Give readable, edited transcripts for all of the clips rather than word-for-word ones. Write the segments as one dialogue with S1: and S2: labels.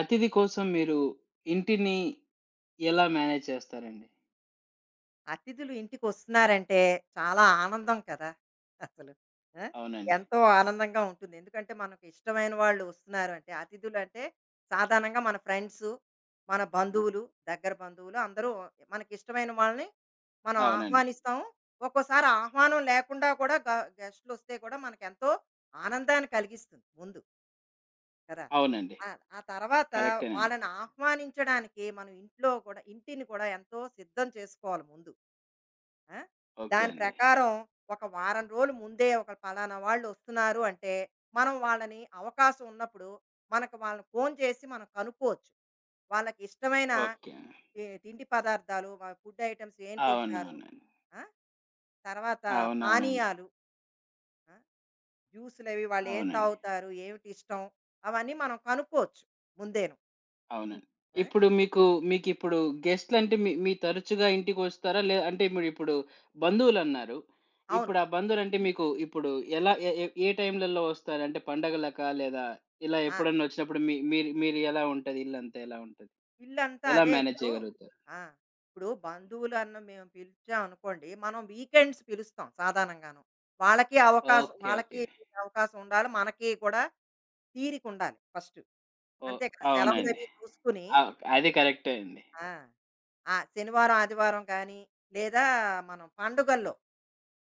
S1: అతిథి కోసం మీరు ఇంటిని ఎలా మేనేజ్ చేస్తారండి?
S2: అతిథులు ఇంటికొస్తున్నారంటే చాలా ఆనందం కదా! అసలు. ఆ!
S1: అవునండి.
S2: ఎంతో ఆనందంగా ఉంటుంది. ఎందుకంటే మనకు ఇష్టమైన వాళ్ళు వస్తున్నారు అంటే అతిథులంటే సాధారణంగా మన ఫ్రెండ్సు, మన బంధువులు, దగ్గర బంధువులు అందరూ మనకిష్టమైన వాళ్ళని మనం
S1: అవునండి.
S2: ఆహ్వానిస్తాము. ఒక్కోసారి ఆహ్వానం లేకుండా కూడా గెస్టులొస్తే కూడా మనకెంతో ఆనందాన్ని కలిగిస్తుంది ముందు. కదా!
S1: అవునండి.
S2: ఆ! ఆ తర్వాత
S1: కరెక్టేనండి.
S2: వాళ్ళని ఆహ్వానించడానికి మనం ఇంట్లో కూడా ఇంటిని కూడా ఎంతో సిద్ధం చేసుకోవాలి ముందు. ఆ!
S1: ఓకే
S2: దాని
S1: అండి.
S2: ప్రకారం ఒక వారం రోజులు ముందే ఒక పలానా వాళ్ళొస్తున్నారు అంటే, మనం వాళ్ళని అవకాశం ఉన్నప్పుడు మనకు వాళ్ళని ఫోను చేసి మనం కనుక్కోవచ్చు. వాళ్ళకి ఇష్టమైన
S1: ఓకే.
S2: ఈ తిండి పదార్థాలు, ఫుడ్ ఐటెమ్స్ ఏం తింటారు?
S1: అవునవునండి.
S2: ఆ! తర్వాత
S1: అవునవునండి.
S2: పానీయాలు. ఆ! జ్యూస్‌లవి వాళ్ళేం
S1: అవునండి.
S2: తాగుతారు? ఏమిటిష్టం? అవన్నీ మనం కనుక్కోవచ్చు ముందేను.
S1: అవునండి.
S2: ఆ!
S1: ఇప్పుడు మీకు మీకిప్పుడు గెస్ట్‌లంటే మీ మీ తరచుగా ఇంటికొస్తారా? లే అంటే మీరిప్పుడు బంధువులన్నారు.
S2: అవును.
S1: ఇప్పుడు ఆ బంధువులంటే మీకు ఇప్పుడు ఎలా ఏ ఏ ఏ టైంలలో వస్తారు? అంటే పండగలకా? లేదా ఇలా
S2: ఆ!
S1: ఎప్పుడన్నా వచ్చినప్పుడు మీ మీరు మీరు ఎలా ఉంటది? ఇల్లంతా ఎలా ఉంటది?
S2: ఇల్లంతా
S1: ఎలా
S2: అదే
S1: మేనేజ్
S2: ఇప్పుడు
S1: చేయగలుగుతారు?
S2: ఆ! ఇప్పుడు బంధువులను మేము పిలిచామనుకోండి, మనం వీకెండ్స్ పిలుస్తాం సాధారణంగాను. వాళ్ళకి అవకాశం
S1: ఓకే.
S2: వాళ్ళకి
S1: ఓకే.
S2: అవకాశం ఉండాలి. మనకి కూడా తీరికుండాలి ఫస్టు.
S1: ఓహ్!
S2: అంతే కదా!
S1: అవునండి.
S2: సెలవులవి చూసుకుని
S1: అది కరెక్టే అండి.
S2: ఆ! ఆ! శనివారం, ఆదివారం కానీ, లేదా మనం పండుగల్లో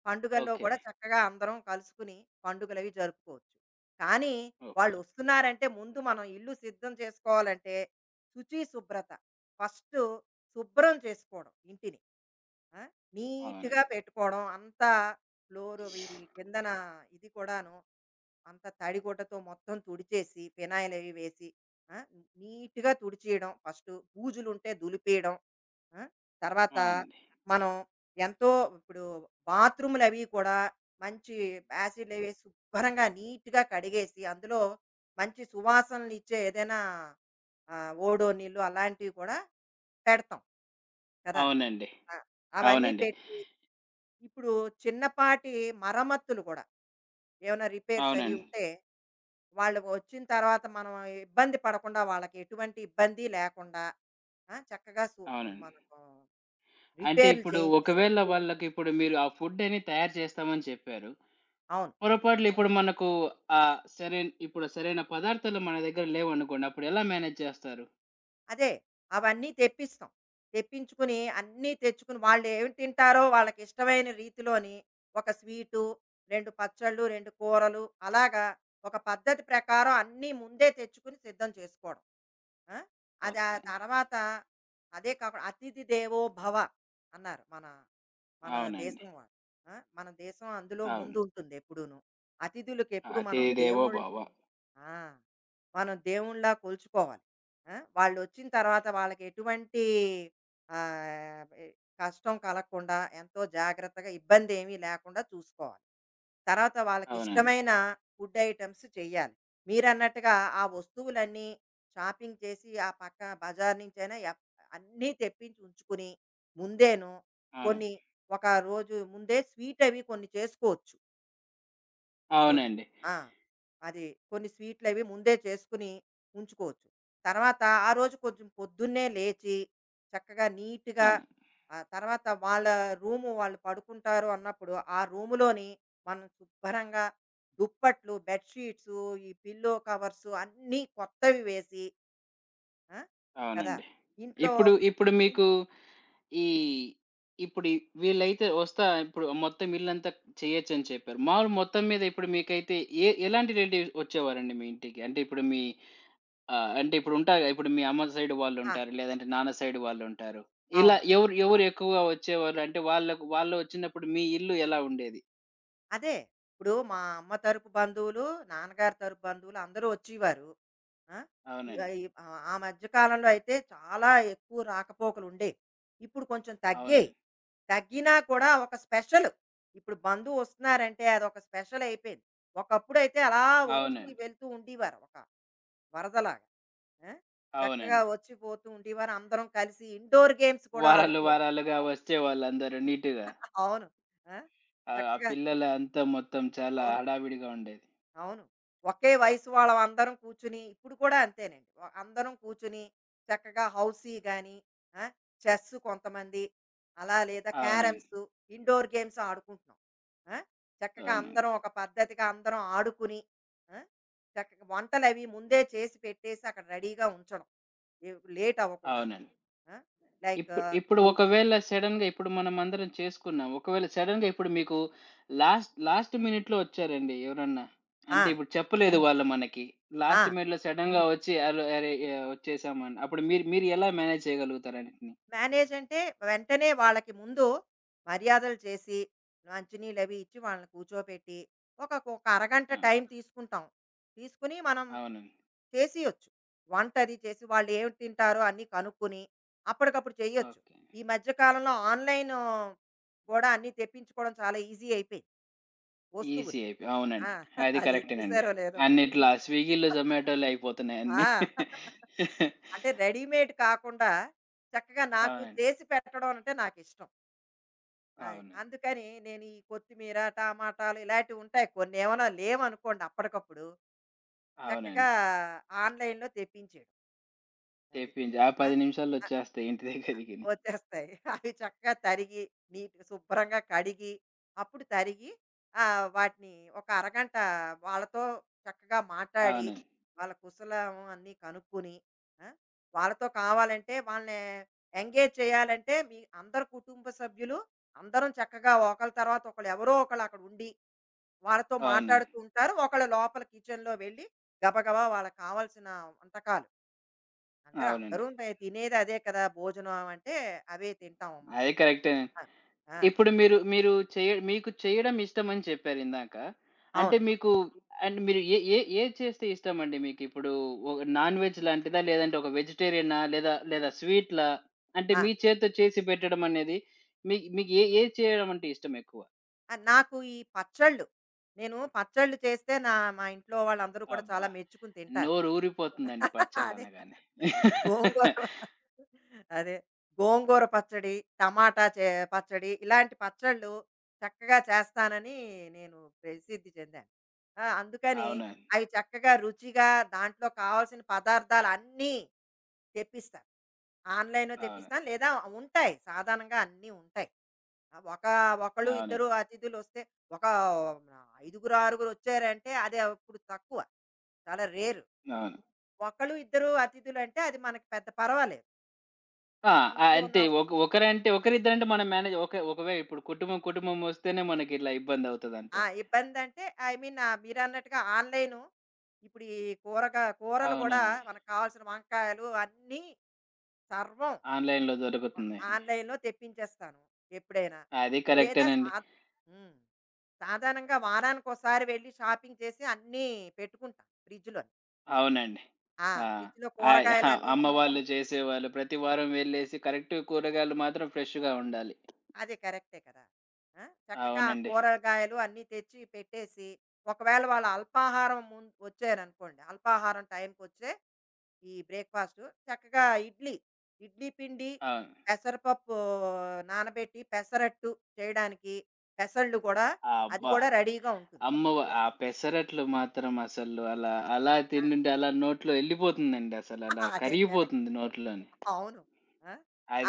S2: పండుగల్లో
S1: ఓకే.
S2: కూడా చక్కగా అందరం కలుసుకుని పండుగలవి జరుపుకోవచ్చు. కానీ
S1: ఓకే.
S2: వాళ్ళు వస్తున్నారంటే ముందు మనం ఇల్లు సిద్ధం చేసుకోవాలంటే శుచి, శుభ్రత ఫస్ట్ శుభ్రం చేసుకోవడం ఇంటిని. ఆ! నీట్‌గా
S1: అవునండి.
S2: పెట్టుకోవడం అంతా ఫ్లోర్ అవి కిందన ఇది కూడాను అంతా తడిగుడ్డతో మొత్తం తుడిచేసి ఫినాయిల్ అవి వేసి ఆ! నీట్‌గా తుడిచేయడం ఫస్టు. బూజులుంటే దులిపేయడం. ఆ! తర్వాత
S1: ఆ! అండి.
S2: మనం ఎంతో ఇప్పుడు బాత్రూములవి కూడా మంచి యాసిడ్‌లవి శుభ్రంగా నీట్‌గా కడిగేసి, అందులో మంచి సువాసనలిచ్చే ఏదైనా ఓడోనిల్ అలాంటివి కూడా పెడతాం కదా!
S1: అవునండి.
S2: ఆ! అవన్నీ
S1: అవునండి.
S2: పెట్టి ఇప్పుడు చిన్నపాటి మరమ్మత్తులు కూడా ఏమైనా రిపేర్స్ అవి
S1: అవునండి.
S2: ఉంటే, వాళ్ళు వచ్చిన తర్వాత మనం ఇబ్బంది పడకుండా వాళ్ళకి ఎటువంటి ఇబ్బంది లేకుండా ఆ! చక్కగా సు
S1: అవునండి.
S2: మనకు
S1: అంటే
S2: రిపేర్‌లు
S1: ఇప్పుడు
S2: చేయించేస్తాం.
S1: ఒకవేళ వాళ్ళకిప్పుడు మీరు ఆ ఫుడ్ అని తయారు చేస్తామని చెప్పారు.
S2: అవును.
S1: పొరపాటున ఇప్పుడు మనకు సరైన ఇప్పుడు సరైన పదార్థాలు మన దగ్గర లేవనుకోండి. అప్పుడు ఎలా మేనేజ్ చేస్తారు?
S2: అదే. అవన్నీ తెప్పిస్తాం. తెప్పించుకుని అన్నీ తెచ్చుకుని వాళ్ళు ఏమి తింటారో వాళ్ళకి ఇష్టమైన రీతిలోని ఒక స్వీటు, 2 పచ్చళ్ళు, 2 కూరలు అలాగా ఒక పద్ధతి ప్రకారం అన్నీ ముందే తెచ్చుకుని సిద్ధం చేసుకోవడం. ఆ! అది ఆ
S1: ఓకే.
S2: తర్వాత అదే కాకుండా అతిథి దేవో భవ అన్నారు మన
S1: అవునండి.
S2: దేశం వాళ్ళు. మన దేశం అందులో
S1: అవును.
S2: ముందుంటుంది ఎప్పుడూను. అతిథులకెప్పుడు మనం
S1: అతిథి దేవో
S2: దేవుళ్ళ
S1: భవ.
S2: ఆ! మనం దేవునిలా కొలుచుకోవాలి. వాళ్ళొచ్చిన తర్వాత వాళ్ళకి ఎటువంటి ఆహ్, ఎ కష్టం కలగకుండా ఎంతో జాగ్రత్తగా ఇబ్బందేమీ లేకుండా చూసుకోవాలి. తర్వాత
S1: అవునండి.
S2: వాళ్ళకిష్టమైన ఫుడ్ ఐటెమ్స్ చెయ్యాలి. మీరన్నట్టుగా ఆ వస్తువులన్నీ షాపింగ్ చేసి ఆ పక్క బజార్ నుంచైనా అన్నీ తెప్పించి ఉంచుకుని, ముందేను
S1: అవును.
S2: కొన్ని ఒక రోజు ముందే స్వీట్ అవి కొన్ని చేసుకోవచ్చు. కొన్
S1: అవునండి.
S2: ఆ! అది కొన్ని స్వీట్లవి ముందే చేసుకొని ఉంచుకోవచ్చు. తర్వాత ఆ రోజు కొంచెం పొద్దున్నే లేచి, చక్కగా నీట్‌గా
S1: అవును.
S2: తర్వాత వాళ్ళ రూము వాళ్ళు పడుకుంటారు అన్నప్పుడు, ఆ రూములోని మనం శుభ్రంగా దుప్పట్లు, బెడ్ షీట్సు, ఈ పిల్లో కవర్సు అన్నీ కొత్తవి వేసి ఆ! కదా!
S1: అవునండి.
S2: ఇంట్లో
S1: ఇప్పుడు మీకు ఈ ఈ వీళ్ళైతే వస్తా ఇప్పుడు మొత్తం ఇల్లంతా చేయొచ్చని చెప్పారు. మాములు మొత్తం మీద ఇప్పుడు మీకైతే ఎలాంటి రిలేటివ్స్ వచ్చేవారండి మీ ఇంటికి? అంటే ఇప్పుడు మీ అంటే ఇప్పుడు ఉంటారుగా ఇప్పుడు మీ అమ్మ సైడ్
S2: ఆ!
S1: వాళ్ళుంటారు, లేదంటే నాన్న సైడ్ వాళ్ళుంటారు. ఇలా
S2: అవును.
S1: ఎవరు ఎక్కువగా వచ్చేవారు? అంటే వాళ్ళకు వాళ్ళు వచ్చినప్పుడు మీ ఇల్లు ఎలా ఉండేది?
S2: అదే. ఇప్పుడు మా అమ్మ తరపు బంధువులు, నాన్నగారి తరపు బంధువులు అందరూ వచ్చేవారు. ఆ! ఈ
S1: అవునండి.
S2: ఆహ్, ఈ ఆహ్, ఆ మధ్య కాలంలో అయితే చాలా ఎక్కువ రాకపోకలుండేవి. ఇప్పుడు కొంచెం తగ్గాయి.
S1: అవునండి.
S2: తగ్గినా కూడా ఒక స్పెషల్. ఇప్పుడు బంధువు వస్తున్నారంటే అదొక స్పెషల్ అయిపోయింది. ఒకప్పుడైతే అలా వచ్చి
S1: అవునండి.
S2: వెళ్తూ ఉండేవారు. ఒక వరదలాగా. ఆ! చక్కగా
S1: అవునండి.
S2: వచ్చి పోతూ ఉండేవారు. అందరం కలిసి ఇండోర్ గేమ్స్ కూడా ఆడుకునే
S1: వారాలుగా వచ్చేవాళ్ళందరూ నీట్‌గా.
S2: అవును. ఆ!
S1: ఆ! ఆ
S2: చక్కగా
S1: పిల్లల అంతా మొత్తం చాలా
S2: అవును.
S1: హడావిడిగా ఉండేది.
S2: అవును. ఒకే వయసు వాళ్ళమందరం కూర్చుని ఇప్పుడు కూడా అంతేనండి. అందరం కూర్చుని చక్కగా హౌసీ గాని, ఆ! చెస్ కొంతమంది, అలా లేదా
S1: అవునండి.
S2: క్యారమ్స్, ఇండోర్ గేమ్స్ ఆడుకుంటున్నాం. ఆ! చక్కగా
S1: అవునండి.
S2: అందరం ఒక పద్ధతిగా అందరం ఆడుకుని, ఆ! చక్కగా వంటలవి ముందే చేసి పెట్టేసి అక్కడ రెడీగా ఉంచడం. లేట్ అవ్వకుండాను.
S1: అవునండి.
S2: ఆ! లైక్
S1: ఇప్పుడు ఇప్పుడు ఒకవేళ సడెన్‌గా ఇప్పుడు మనమందరం చేసుకున్నాం. ఒకవేళ సడెన్‌గా ఇప్పుడు మీకు లాస్ట్ లాస్ట్ మినిట్‌లో వచ్చారండి ఎవరన్నా. అంటే
S2: ఆ!
S1: ఇప్పుడు చెప్పలేదు వాళ్ళు మనకి.
S2: ఆ!
S1: లాస్ట్ మినిట్‌లో సడెన్‌గా వచ్చి "అరె! అరె! యాహ్! వచ్చేసామని" అప్పుడు మీరు మీరు ఎలా మేనేజ్ చేయగలుగుతారు అన్నిటిని?
S2: మేనేజ్ అంటే వెంటనే వాళ్ళకి ముందు మర్యాదలు చేసి, మంచినీళ్ళు అవి ఇచ్చి వాళ్ళని కూర్చోపెట్టి, ఒక ఒక అరగంట
S1: అవును.
S2: టైం తీసుకుంటాం. తీసుకొని మనం
S1: అవునండి.
S2: చేసియొచ్చు. వంట అది చేసి వాళ్ళు ఏం తింటారో అన్నీ కనుక్కొని, అప్పటికప్పుడు చేయొచ్చు.
S1: ఓకే.
S2: ఈ మధ్య కాలంలో ఆన్‌లైన్ కూడా అన్నీ తెప్పించుకోవడం చాలా ఈజీ అయిపోయింది
S1: ఈజీ
S2: వస్తువులు.
S1: అయిపోయి
S2: ఆ!
S1: అవునండి. అది
S2: అది
S1: కరెక్టేనండి.
S2: చూసారో లేదో మీరు.
S1: అన్నిట్లా స్విగ్గీలో, జొమాటోలో అయిపోతున్నాయి అన్నీ.
S2: ఆ! అంటే రెడీమేడ్ కాకుండా చక్కగా నాకు
S1: అవునండి.
S2: చేసి పెట్టడం అంటే నాకిష్టం. అది.
S1: అవును.
S2: అందుకని నేను ఈ కొత్తిమీర, టమాటాలు ఇలాంటివి ఉంటాయి. కొన్ని ఏమైనా లేవనుకోండి అప్పటికప్పుడు, చక్కగా
S1: అవునండి.
S2: ఆన్‌లైన్‌లో తెప్పించేయడం. అది.
S1: తెప్పించి ఆ
S2: ఆ!
S1: 10 నిమిషాల్లో వచ్చేస్తాయి ఇంటి దగ్గరికిని.
S2: వచ్చేస్తాయి. అవి చక్కగా తరిగి, నీట్‌గా శుభ్రంగా కడిగి, అప్పుడు తరిగి వాటిని ఒక అరగంట వాళ్ళతో చక్కగా మాట్లాడి,
S1: అవునండి.
S2: వాళ్ళ కుశలం అన్నీ కనుక్కొని, ఆ! వాళ్ళతో కావాలంటే వాళ్ళని ఎంగేజ్ చేయాలంటే, మీ అందరు కుటుంబ సభ్యులు అందరం చక్కగా ఒకళ్ళ తర్వాత ఒకళ్ళు ఎవరో ఒకళ్ళు అక్కడ ఉండి, వాళ్ళతో
S1: అవును.
S2: మాట్లాడుతూ ఉంటారు. ఒకళ్ళు లోపల కిచెన్‌లో వెళ్ళి గబగబా వాళ్ళకి కావాల్సిన వంటకాలు అందరూ
S1: అవునండి.
S2: అందరూ తినేది అదే కదా! భోజనం అంటే అవే తింటాం మనం.
S1: అదే కరెక్టేనండి.
S2: ఆ! ఆ!
S1: ఇప్పుడు మీరు మీరు చేయ మీకు చేయడం ఇష్టమని చెప్పారిందాక. అంటే
S2: అవును.
S1: మీకు అండ్ మీరు ఏ ఏ ఏది చేస్తే ఇష్టమండి మీకిప్పుడు? ఒక నాన్ వెజ్ లాంటిదా? లేదంటే ఒక వెజిటేరియనా? లేదా లేదా స్వీట్‌లా? అంటే
S2: ఆ!
S1: మీ చేత్తో చేసి పెట్టడం అనేది మీ మీకు ఏది చేయడం అంటే ఇష్టం ఎక్కువ?
S2: నాకు ఈ పచ్చళ్ళు, నేను పచ్చళ్ళు చేస్తే మా ఇంట్లో వాళ్ళందరూ కూడా
S1: అబ్బా!
S2: చాలా మెచ్చుకుని తింటారు.
S1: నోరు ఊరిపోతుందండి
S2: అదే.
S1: పచ్చళ్ళనగానే.
S2: గోంగూర ప- అదే. గోంగూర పచ్చడి, టమాటా చే పచ్చడి ఇలాంటి పచ్చళ్ళు చక్కగా చేస్తానని నేను ప్రసిద్ధి చెందాను. అందుకని
S1: అవునండి.
S2: అవి చక్కగా రుచిగా దాంట్లో కావాల్సిన పదార్థాలు అన్నీ తెప్పిస్తాను. ఆన్‌లైన్‌లో
S1: అవును.
S2: తెప్పిస్తాను. లేదా ఉంటాయి. సాధారణంగా అన్నీ ఉంటాయి. ఆ, ఒక ఒకళ్ళు
S1: అవును.
S2: ఇద్దరు అతిథులు వస్తే ఒక ఐదుగురు ఆరుగురు వచ్చారంటే అది అప్పుడు తక్కువ చాలా రేరు
S1: అవును.
S2: ఒకళ్ళు ఇద్దరు అతిథులు అంటే అది మనకి పెద్ద పర్వాలేదు
S1: ఆ!
S2: ఇంట్లో
S1: అంటే
S2: ఉన్న
S1: ఒక ఒకరిద్దరంటే మనం మేనేజ్ ఒక ఒకవే ఇప్పుడు కుటుంబం వస్తేనే మనకిట్లా ఇబ్బందవుతదంట.
S2: ఆ ఇబ్బంది అంటే ఐ మీన్ మీరు అన్నట్టుగా ఆన్లైన్ ఇప్పుడు ఈ కూరలు కూడా
S1: అవునండి.
S2: మనకు కావాల్సిన వంకాయలు అన్నీ సర్వం
S1: ఆన్‌లైన్‌లో దొరుకుతుందండి.
S2: ఆన్లైన్లో తెప్పించేస్తాను ఎప్పుడైనా
S1: అది
S2: లేదా
S1: కరెక్టేనండి.
S2: ఉమ్, సాధారణంగా వారానికి ఒకసారి వెళ్ళి షాపింగ్ చేసి అన్నీ పెట్టుకుంటాను ఫ్రిడ్జ్లో
S1: అవునండి.
S2: ఆ!
S1: ఆ!
S2: ఫ్రిడ్జ్‌లో
S1: ఆ!
S2: కూరగాయలన్నీ ఉం
S1: అమ్మ వాళ్ళు చేసేవాళ్ళు ప్రతి వారం వెళ్ళేసి కరెక్ట్ కూరగాయలు మాత్రం ఫ్రెష్‌గా ఉండాలి.
S2: అది కరెక్టే కదా! ఆ! చక్కగా ఆ
S1: అవునండి.
S2: కూరగాయలు అన్నీ తెచ్చి పెట్టేసి, ఒకవేళ వాళ్ళ అల్పాహారం ముం వచ్చారనుకోండి, అల్పాహారం టైంకొచ్చే ఈ బ్రేక్‌ఫాస్టు చక్కగా ఇడ్లీ, ఇడ్లీ పిండి,
S1: అవును.
S2: పెసరపప్పు నానబెట్టి పెసరట్టు చేయడానికి, పెసళ్ళు కూడా
S1: ఆ,
S2: అది
S1: అబ్బా!
S2: కూడా రెడీగా ఉంటుంది.
S1: ఆ పెసరట్లు మాత్రం అసలు అలా అలా
S2: ఆ!
S1: తింటుంటే అలా నోట్లో ఎళ్ళిపోతుందండి అసలలా
S2: అదే కరెక్ట్.
S1: కరిగిపోతుంది నోట్లోని.
S2: అవును. ఆ!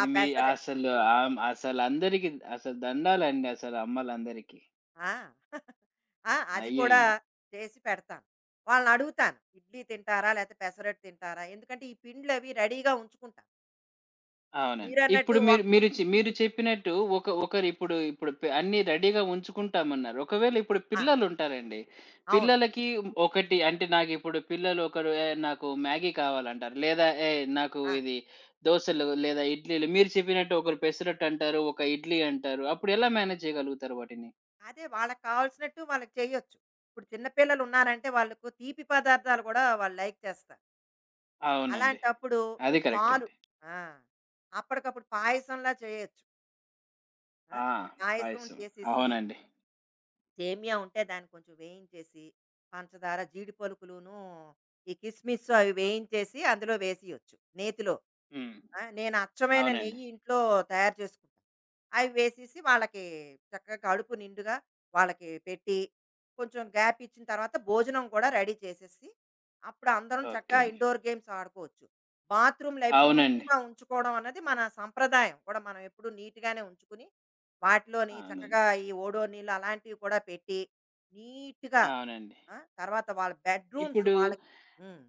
S2: ఆ
S1: మీ
S2: పెసర
S1: అసలు అసలందరికి అసలు దండాలండి అసలు అమ్మలందరికీ.
S2: ఆ! అది కూడా
S1: అయ్యయ్యో!
S2: చేసి పెడతాను. వాళ్ళనడుగుతాను. ఇడ్లీ తింటారా? లేతే పెసరట్టు తింటారా? ఎందుకంటే ఈ పిండ్లవి రెడీగా ఉంచుకుంటాను.
S1: అవునండి. ఇప్పుడు
S2: మీరన్నట్టు
S1: మీరు
S2: ఒక్
S1: మీరు చె మీరు చెప్పినట్టు ఒకరిప్పుడు ఇప్పుడు పె అన్నీ రెడీగా ఉంచుకుంటామన్నారు. ఒకవేళ ఇప్పుడు
S2: ఆ!
S1: పిల్లలుంటారండి.
S2: అవును.
S1: పిల్లలకి ఒకటి అంటే నాకిప్పుడు పిల్లలు ఒకరు "ఏ నాకు మ్యాగీ కావాలంటారు." లేదా "ఏయ్! నాకు
S2: ఆ!
S1: ఇది దోసలు లేదా ఇడ్లీలు" మీరు చెప్పినట్టు ఒకరు పెసరట్టు అంటారు, ఒక ఇడ్లీ అంటారు. అప్పుడెలా మేనేజ్ చేయగలుగుతారు వాటిని?
S2: అదే వాళ్ళకి కావాల్సినట్టు వాళ్ళకి చేయొచ్చు. ఇప్పుడు చిన్న పిల్లలున్నారంటే వాళ్ళకు తీపి పదార్థాలు గూడా వాళ్ళు లైక్ చేస్తారు.
S1: అవునండి.
S2: అలాంటప్పుడు
S1: అది కరెక్ట్
S2: పాలు
S1: అండి.
S2: ఆ! అప్పటికప్పుడు పాయసంలా చేయొచ్చు. ఆ!
S1: ఆ!
S2: పాయసం
S1: పాయసం.
S2: చేసేసి
S1: అవునండి.
S2: సేమియా ఉంటే దాన్ని కొంచెం వేయించేసి, పంచదార, జీడి పలుకులును, ఈ కిస్మిస్ అవి వేయించేసి అందులో వేసియొచ్చు నేతిలో.
S1: హ్మ్.
S2: నేను అచ్చమైన
S1: అవునండి.
S2: నెయ్యి ఇంట్లో తయారు చేసుకుంటా. అవి వేసేసి వాళ్ళకి చక్కగా కడుపు నిండుగా వాళ్ళకి పెట్టి కొంచెం గ్యాప్ ఇచ్చిన తర్వాత భోజనం కూడా రెడీ చేసేసి అప్పుడు అందరం చక్కగా
S1: ఓకే.
S2: ఇండోర్ గేమ్స్ ఆడుకోవచ్చు బాత్రూమ్లు అవి
S1: అవునండి.
S2: నీట్గా ఉంచుకోవడం అన్నది మన సంప్రదాయం కూడా మనం ఎప్పుడు నీట్గానే ఉంచుకుని వాటిలోని చక్కగా
S1: అవునండి.
S2: ఈ ఓడో నీళ్ళు అలాంటివి కూడా పెట్టి నీట్గా
S1: అవునండి.
S2: ఆ, తర్వాత వాళ్ళ బెడ్రూమ్స్
S1: ఇప్పుడు
S2: వాళ్ళకి ఉమ్,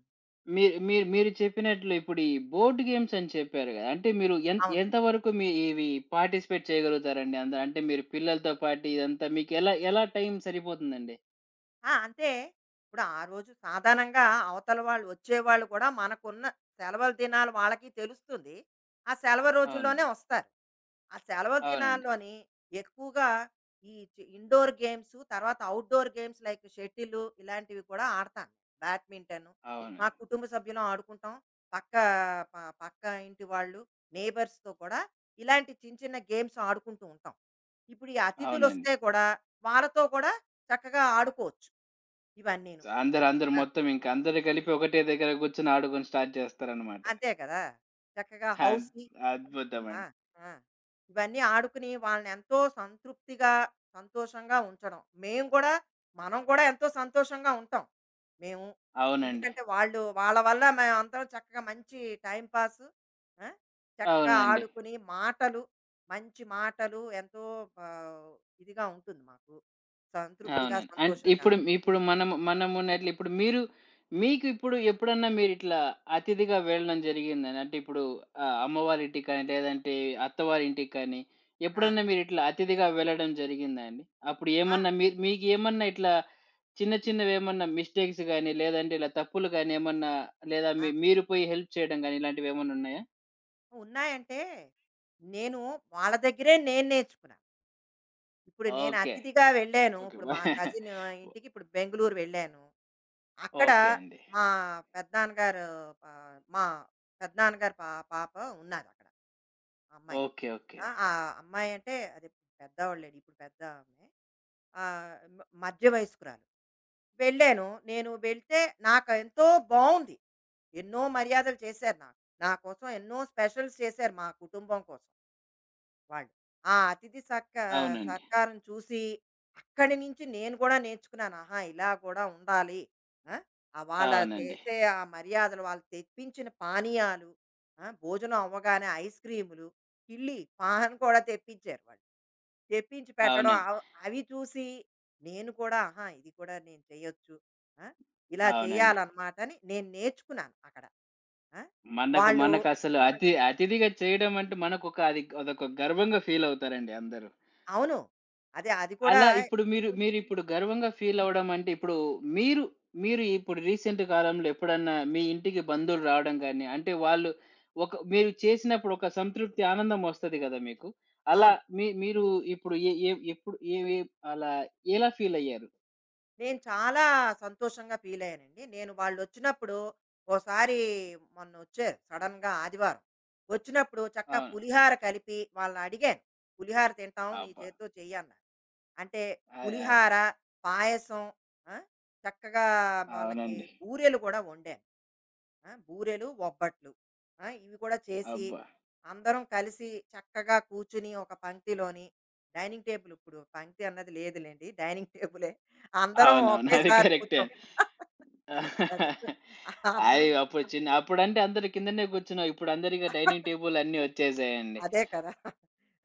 S1: మీరు మీరు మీరు చెప్పినట్లు ఇప్పుడు ఈ బోర్డ్ గేమ్స్ అని చెప్పారు గదా! అంటే మీరు
S2: అవును
S1: ఎంత వరకు మీ ఇవి పార్టిసిపేట్ చేయగలుగుతారండి? అందరు అంటే మీరు పిల్లలతో పాటు ఇదంతా మీకెలా ఎలా టైం సరిపోతుందండి?
S2: అంతే. ఇప్పుడు ఆ రోజు సాధారణంగా అవతల వాళ్ళు వచ్చేవాళ్ళు కూడా మనకున్న సెలవుల దినాలు వాళ్ళకి తెలుస్తుంది. ఆ సెలవు రోజుల్లోనే
S1: అవునండి.
S2: వస్తారు. ఆ సెలవు
S1: అవునండి.
S2: దినాల్లోని ఎక్కువగా ఈ చి ఇండోర్ గేమ్స్, తర్వాత ఔట్‌డోర్ గేమ్స్ లైక్ షటిలు ఇలాంటివి కూడా ఆడతాను. బ్యాడ్మింటను. మా
S1: అవునండి.
S2: కుటుంబ సభ్యులం ఆడుకుంటాం. పక్క ప పక్క ఇంటి వాళ్ళు, నేబర్స్‌తో కూడా ఇలాంటి చిన్న చిన్న గేమ్స్ ఆడుకుంటూ ఉంటాం. ఇప్పుడు ఈ
S1: అవునండి.
S2: అతిథులొస్తే కూడా వాళ్ళతో కూడా చక్కగా ఆడుకోవచ్చు. ఇవన్నీను.
S1: అందరు అందరు
S2: ఆ!
S1: మొత్తం ఇంక అందరూ కలిపి ఒకటే దగ్గర కూర్చొని ఆడుకొని స్టార్ట్ చేస్తారనమాట.
S2: అంతే కదా! చక్కగా
S1: అద్
S2: హౌసీ ఆ!
S1: అద్భుతమండి.
S2: ఆ! ఇవన్నీ ఆడుకుని వాళ్ళనెంతో సంతృప్తిగా, సంతోషంగా ఉంచడం. మేము కూడా మనం కూడా ఎంతో సంతోషంగా ఉంటాం. మేము.
S1: అవునండి.
S2: ఎందుకంటే వాళ్ళు వాళ్ళ వల్ల మేమందరం చక్కగా మంచి టైమ్ పాస్ ఆ! చక్కగా
S1: అవునండి.
S2: ఆడుకుని మాటలు, మంచి మాటలు ఎంతో ఆహ్, ఇదిగా ఉంటుంది మాకు. సంతృప్తిగా,
S1: అవునండి. అంటే
S2: సంతోషంగా.
S1: ఇప్పుడు ఇప్పుడు మనం మనమున్నట్లు ఇప్పుడు మీరు మీకు ఇప్పుడు ఎప్పుడన్నా మీరిట్లా అతిథిగా వెళ్ళడం జరిగిందని? అంటే ఇప్పుడు అమ్మవారి ఇంటికి కానీ, లేదంటే అత్తవారి ఇంటికి కానీ,
S2: ఆ!
S1: ఎప్పుడన్నా మీరిట్లా అతిథిగా వెళ్ళడం జరిగిందా అండి? అప్పుడు
S2: ఆ!
S1: ఏమన్నా మీ మీకేమన్నా ఇట్లా చిన్న చిన్నవేమన్నా మిస్టేక్స్ గాని, లేదంటే ఇలా తప్పులు గాని ఏమన్నా లేదా మీ మీరు పోయి హెల్ప్ చేయడం గాని ఇలాంటివేమన్నా ఉన్నాయా?
S2: ఉన్నాయంటే, నేను వాళ్ళ దగ్గరే నేను నేర్చుకున్నాను. ఇప్పుడు నేను
S1: ఓకే.
S2: అతిథిగా వెళ్ళాను.
S1: ఓకే.
S2: ఇప్పుడు మా కజిన్ ఇంటికి ఇప్పుడు బెంగుళూరు వెళ్ళాను. అక్కడ
S1: ఓకే అండి.
S2: మా పెదనాన్నగారు మా పెదనాన్నగారి పాప ఉన్నారక్కడ. ఆ అమ్మాయి.
S1: ఓకే. ఓకే.
S2: ఆ అమ్మాయి అంటే అది పెద్దవాళ్ళేలే ఇప్పుడు పెద్ద ఆమె. ఆహ్, మ మధ్య వయస్కురాలు. వెళ్ళాను. నేను వెళ్తే నాకు ఎంతో బావుంది. ఎన్నో మర్యాదలు చేశారు నాకు. నా కోసం ఎన్నో స్పెషల్స్ చేశారు మా కుటుంబం కోసం. వాళ్ళు. ఆ అతిథి సత్క
S1: అవునండి.
S2: సత్కారం చూసి అక్కడి నుంచి నేను కూడా నేర్చుకున్నాను. ఆహా! ఇలా కూడా ఉండాలి. ఆ! వాళ్ళ
S1: అవునండి.
S2: చేసే ఆ మర్యాదలు, వాళ్ళు తెప్పించిన పానీయాలు, భోజనం అవ్వగానే ఐస్ క్రీములు, కిళ్ళి, పాన్ కూడా తెప్పించారు వాళ్ళు. తెప్పించి పెట్టడం
S1: అవునండి.
S2: అవ్ అవి చూసి నేను కూడా ఆహా! ఇది కూడా నేను చేయొచ్చు. ఆ! ఇలా
S1: అవునండి.
S2: చేయాలన్నమాట అని నేను నేర్చుకున్నాను అక్కడ. ఆ!
S1: మనకు
S2: వాళ్ళు
S1: మనకసలు అతిథిగా చేయడం అంటే మనకొక అది అదొక గర్వంగా ఫీల్ అవుతారండి అందరూ.
S2: అవును. అదే అది కూడా
S1: అలా ఇప్పుడు మీరిప్పుడు గర్వంగా ఫీల్ అవ్వడం అంటే ఇప్పుడు మీరు, మీరు ఇప్పుడు రీసెంట్ కాలంలో ఎప్పుడన్నా మీ ఇంటికి బంధువులు రావడం గాని, అంటే వాళ్ళు ఒక మీరు చేసినప్పుడు ఒక సంతృప్తి, ఆనందం వస్తది గదా మీకు. అలా
S2: అవును.
S1: మీ మీరు ఇప్పుడు ఏ ఏ ఎప్పుడు ఏ ఏ అలా ఎలా ఫీల్ అయ్యారు?
S2: నేను చాలా సంతోషంగా ఫీల్ అయ్యానండి. నేను వాళ్ళొచ్చినప్పుడు ఓసారి మొన్నొచ్చారు సడెన్‌గా ఆదివారం. వచ్చినప్పుడు చక్కగా
S1: అవును.
S2: పులిహార కలిపి వాళ్ళనడిగాను. పులిహార తింటాం నీ
S1: అబ్బా!
S2: చేత్తో చెయ్యన్నారు. అంటే
S1: అ! అ!
S2: పులిహార, పాయసం ఆ! చక్కగా వాళ్ళకి
S1: అవునండి.
S2: బూరెలు కూడా వండాను. ఆ, బూరెలు బొబ్బట్లు ఆ, ఇవి కూడా చేసి
S1: అబ్బా!
S2: అందరం కలిసి చక్కగా కూర్చుని ఒక పంక్తిలోని డైనింగ్ టేబుల్ ఇప్పుడు పంక్తి అన్నది లేదులేండి డైనింగ్ టేబులే అందరం
S1: అవునవును. అది
S2: ఒకేసారి
S1: కరెక్టే.
S2: కూర్చో అదే అందరం
S1: అప్పుడు చిన్న అప్పుడంటే అందరు కిందనే కూర్చున్నాం. ఇప్పుడు అందరిక డైనింగ్ టేబుల్ అన్నీ వచ్చేసాయండి.
S2: అదే కదా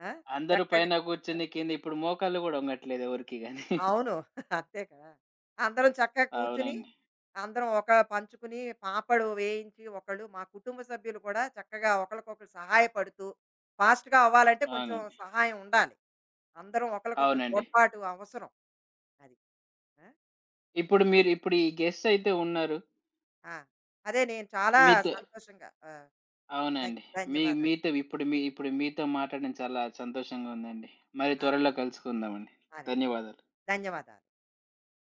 S2: ఆ,
S1: అందరూ
S2: చక్కగా
S1: పైన కూర్చొని కింద ఇప్పుడు మోకాళ్ళు గూడా ఒంగట్లేదు ఎవరికీ గాని.
S2: అవును. అంతే కదా! అందరం చక్కగా కూర్చుని,
S1: అవునండి.
S2: అందరం ఒక పంచుకుని పాపడు వేయించి ఒకళ్ళు మా కుటుంబ సభ్యులు కూడా చక్కగా ఒకళ్ళకొకళ్ళు సహాయపడుతూ, ఫాస్ట్‌గా అవ్వాలంటే కొంచెం
S1: అవునండి.
S2: సహాయం ఉండాలి. అందరం ఒకళ్ళకొకళ్ళు
S1: అవునండి.
S2: తోడ్పాటు అవసరం. అది. ఆ!
S1: ఇప్పుడు మీరు ఇప్పుడు ఈ గెస్ట్ అయితే ఉన్నారు.
S2: ఆ! అదే నేను చాలా
S1: మీతో
S2: సంతోషంగా ఆహ్, ధన్
S1: అవునండి. మీ
S2: ధన్యవాదాలు.
S1: మీతో ఇప్పుడు మీ ఇప్పుడు మీతో మాట్లాడడం చాలా సంతోషంగా ఉందండి. మరి
S2: ఆ!
S1: త్వరలో కలుసుకుందామండి.
S2: అదే.
S1: ధన్యవాదాలు.
S2: ధన్యవాదాలు.